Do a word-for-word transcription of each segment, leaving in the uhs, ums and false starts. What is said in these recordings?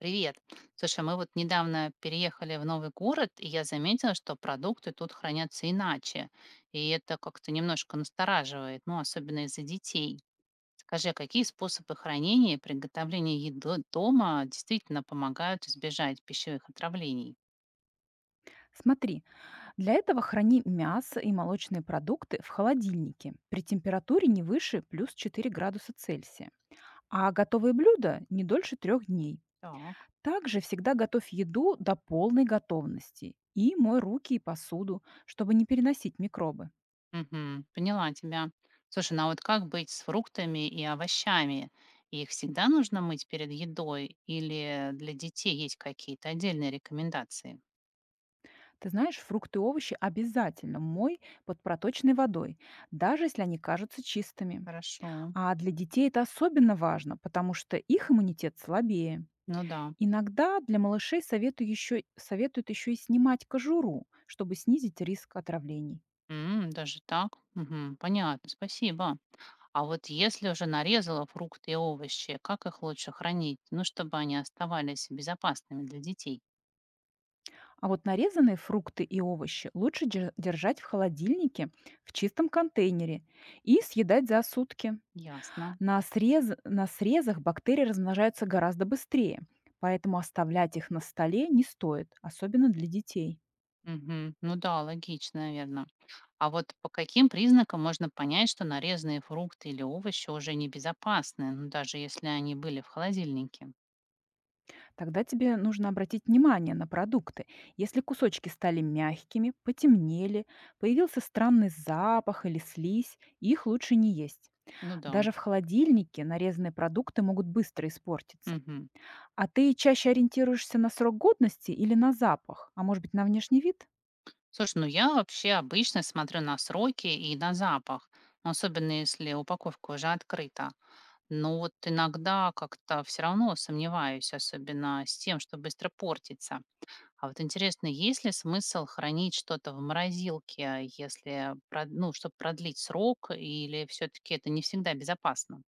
Привет. Слушай, мы вот недавно переехали в новый город, и я заметила, что продукты тут хранятся иначе. И это как-то немножко настораживает, ну, особенно из-за детей. Скажи, а какие способы хранения и приготовления еды дома действительно помогают избежать пищевых отравлений? Смотри, для этого храни мясо и молочные продукты в холодильнике при температуре не выше плюс четыре градуса Цельсия, а готовые блюда не дольше трех дней. Так. Также всегда готовь еду до полной готовности и мой руки и посуду, чтобы не переносить микробы. Мгм, поняла тебя. Слушай, ну а вот как быть с фруктами и овощами? Их всегда нужно мыть перед едой или для детей есть какие-то отдельные рекомендации? Ты знаешь, фрукты и овощи обязательно мой под проточной водой, даже если они кажутся чистыми. Хорошо. А для детей это особенно важно, потому что их иммунитет слабее. Ну да. Иногда для малышей советую еще, советуют еще и снимать кожуру, чтобы снизить риск отравлений. М, даже так? Мгм. Понятно, спасибо. А вот если уже нарезала фрукты и овощи, как их лучше хранить? Ну, чтобы они оставались безопасными для детей. А вот нарезанные фрукты и овощи лучше дер- держать в холодильнике в чистом контейнере и съедать за сутки. Ясно. На, срез- на срезах бактерии размножаются гораздо быстрее, поэтому оставлять их на столе не стоит, особенно для детей. Мгм. Ну да, логично, наверное. А вот по каким признакам можно понять, что нарезанные фрукты или овощи уже небезопасны, ну, даже если они были в холодильнике? Тогда тебе нужно обратить внимание на продукты. Если кусочки стали мягкими, потемнели, появился странный запах или слизь, их лучше не есть. Ну да. Даже в холодильнике нарезанные продукты могут быстро испортиться. Мгм. А ты чаще ориентируешься на срок годности или на запах, а может быть на внешний вид? Слушай, ну я вообще обычно смотрю на сроки и на запах, особенно если упаковка уже открыта. Но вот иногда как-то все равно сомневаюсь, особенно с тем, что быстро портится. А вот интересно, есть ли смысл хранить что-то в морозилке, если, прод- ну, чтобы продлить срок, или все-таки это не всегда безопасно?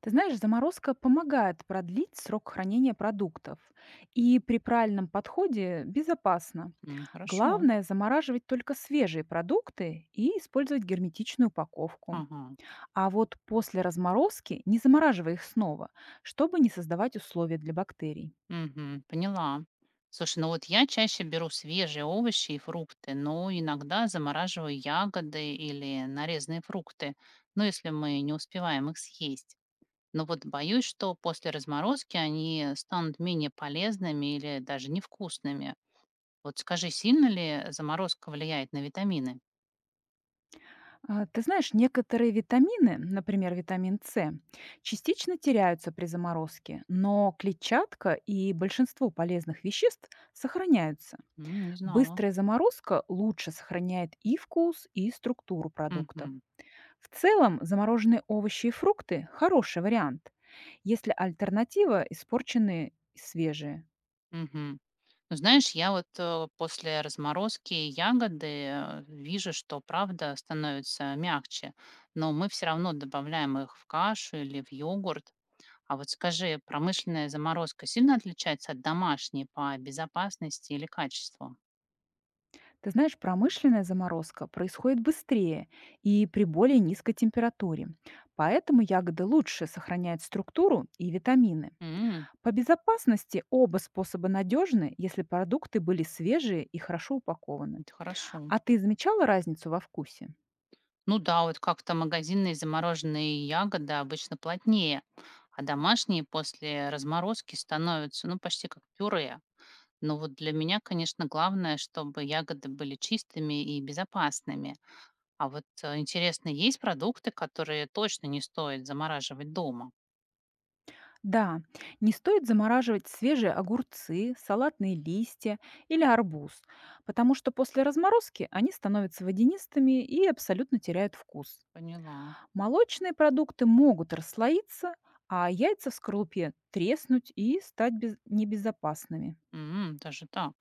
Ты знаешь, заморозка помогает продлить срок хранения продуктов. И при правильном подходе безопасно. М, хорошо. Главное замораживать только свежие продукты и использовать герметичную упаковку. Ага. А вот после разморозки не замораживай их снова, чтобы не создавать условия для бактерий. Мгм. Поняла. Слушай, ну вот я чаще беру свежие овощи и фрукты, но иногда замораживаю ягоды или нарезанные фрукты, ну, если мы не успеваем их съесть. Но вот боюсь, что после разморозки они станут менее полезными или даже невкусными. Вот скажи, сильно ли заморозка влияет на витамины? А, Ты знаешь, некоторые витамины, например, витамин С, частично теряются при заморозке, но клетчатка и большинство полезных веществ сохраняются. М, не знала. Быстрая заморозка лучше сохраняет и вкус, и структуру продуктов. Мгм. В целом, замороженные овощи и фрукты – хороший вариант, если альтернатива – испорченные и свежие. Мгм. Ну, знаешь, я вот э, после разморозки ягоды э, вижу, что правда становится мягче, но мы все равно добавляем их в кашу или в йогурт. А вот скажи, промышленная заморозка сильно отличается от домашней по безопасности или качеству? Ты знаешь, промышленная заморозка происходит быстрее и при более низкой температуре, поэтому ягоды лучше сохраняют структуру и витамины. М, По безопасности оба способа надежны, если продукты были свежие и хорошо упакованы. это хорошо. А ты замечала разницу во вкусе? Ну да, вот как-то магазинные замороженные ягоды обычно плотнее, а домашние после разморозки становятся, ну, почти как пюре. Но вот для меня, конечно, главное, чтобы ягоды были чистыми и безопасными. А вот э, интересно, есть продукты, которые точно не стоит замораживать дома? Да, не стоит замораживать свежие огурцы, салатные листья или арбуз, потому что после разморозки они становятся водянистыми и абсолютно теряют вкус. Поняла. Молочные продукты могут расслоиться, а яйца в скорлупе треснуть и стать без- небезопасными. М, даже так.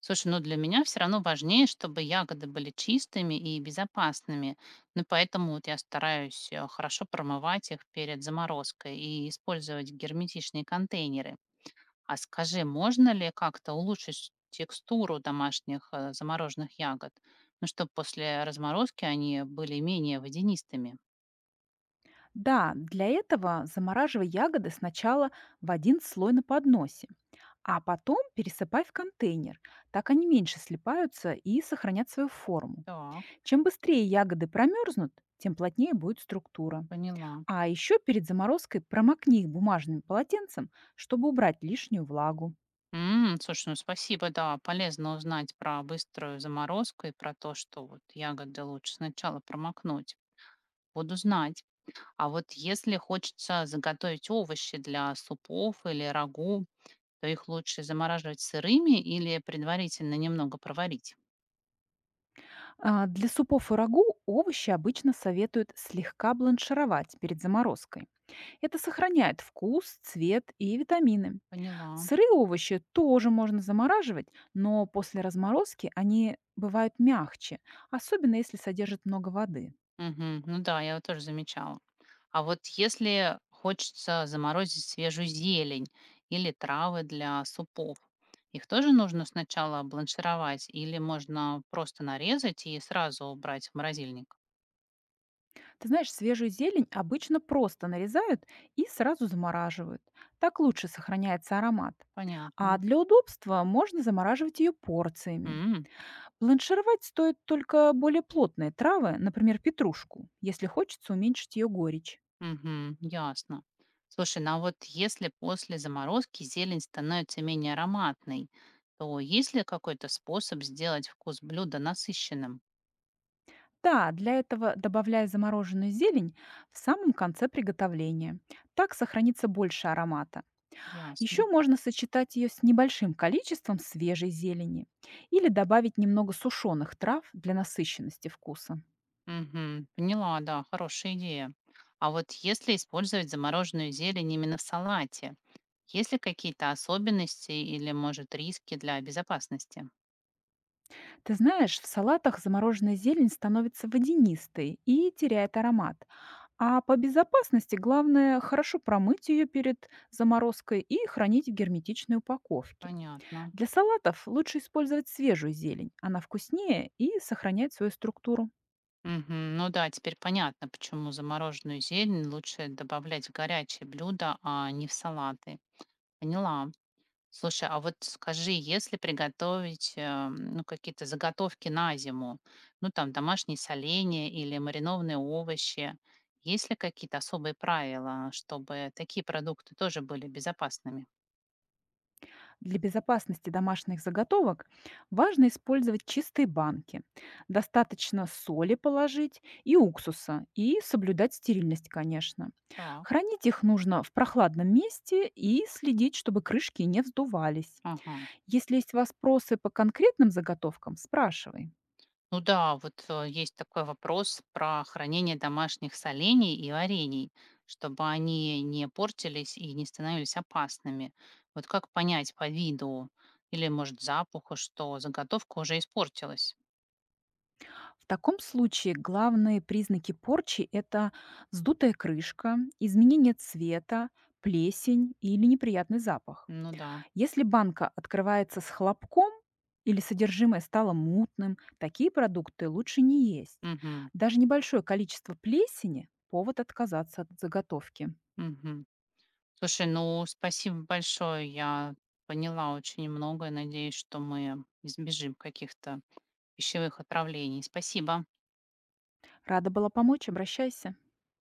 Слушай, ну для меня все равно важнее, чтобы ягоды были чистыми и безопасными. Ну поэтому вот я стараюсь э, хорошо промывать их перед заморозкой и использовать герметичные контейнеры. А скажи, можно ли как-то улучшить текстуру домашних э, замороженных ягод? Ну, чтобы после разморозки они были менее водянистыми. Да, для этого замораживай ягоды сначала в один слой на подносе, а потом пересыпай в контейнер. Так они меньше слипаются и сохранят свою форму. Так, Чем быстрее ягоды промерзнут, тем плотнее будет структура. поняла. А еще перед заморозкой промокни их бумажным полотенцем, чтобы убрать лишнюю влагу. М, слушай, ну спасибо, да, полезно узнать про быструю заморозку и про то, что вот ягоды лучше сначала промокнуть. Буду знать. А вот если хочется заготовить овощи для супов или рагу, то их лучше замораживать сырыми или предварительно немного проварить? А, Для супов и рагу овощи обычно советуют слегка бланшировать перед заморозкой. Это сохраняет вкус, цвет и витамины. Поняла. Сырые овощи тоже можно замораживать, но после разморозки они бывают мягче, особенно если содержат много воды. Мгм. Ну да, я вот тоже замечала. А вот если хочется заморозить свежую зелень или травы для супов, их тоже нужно сначала бланшировать или можно просто нарезать и сразу убрать в морозильник? Ты знаешь, свежую зелень обычно просто нарезают и сразу замораживают. Так лучше сохраняется аромат. А Понятно. для удобства можно замораживать ее порциями. М. Бланшировать стоит только более плотные травы, например, петрушку, если хочется уменьшить ее горечь. Мгм. Ясно. Слушай, ну а вот если после заморозки зелень становится менее ароматной, то есть ли какой-то способ сделать вкус блюда насыщенным? Да, для этого добавляй замороженную зелень в самом конце приготовления. Так сохранится больше аромата. Ясно. Еще можно сочетать ее с небольшим количеством свежей зелени или добавить немного сушеных трав для насыщенности вкуса. Мгм. Поняла, да, хорошая идея. А вот если использовать замороженную зелень именно в салате, есть ли какие-то особенности или, может, риски для безопасности? Ты знаешь, в салатах замороженная зелень становится водянистой и теряет аромат. А по безопасности главное хорошо промыть ее перед заморозкой и хранить в герметичной упаковке. Понятно. Для салатов лучше использовать свежую зелень, она вкуснее и сохраняет свою структуру. Мгм. Ну да, теперь понятно, почему замороженную зелень лучше добавлять в горячие блюда, а не в салаты. Поняла. Слушай, а вот скажи, если приготовить, э, ну, какие-то заготовки на зиму, ну, там, домашние соленья или маринованные овощи, есть ли какие-то особые правила, чтобы такие продукты тоже были безопасными? Для безопасности домашних заготовок важно использовать чистые банки. Достаточно соли положить и уксуса, и соблюдать стерильность, конечно. Так, Хранить их нужно в прохладном месте и следить, чтобы крышки не вздувались. ага. Если есть вопросы по конкретным заготовкам, спрашивай. Ну да, вот э, есть такой вопрос про хранение домашних солений и варений, чтобы они не портились и не становились опасными. Вот как понять по виду или, может, запаху, что заготовка уже испортилась? В таком случае главные признаки порчи – это вздутая крышка, изменение цвета, плесень или неприятный запах. Ну да. Если банка открывается с хлопком или содержимое стало мутным, такие продукты лучше не есть. Мгм. Даже небольшое количество плесени – повод отказаться от заготовки. Мгм. Слушай, ну спасибо большое. Я поняла очень многое. Надеюсь, что мы избежим каких-то пищевых отравлений. Спасибо. Рада была помочь, обращайся.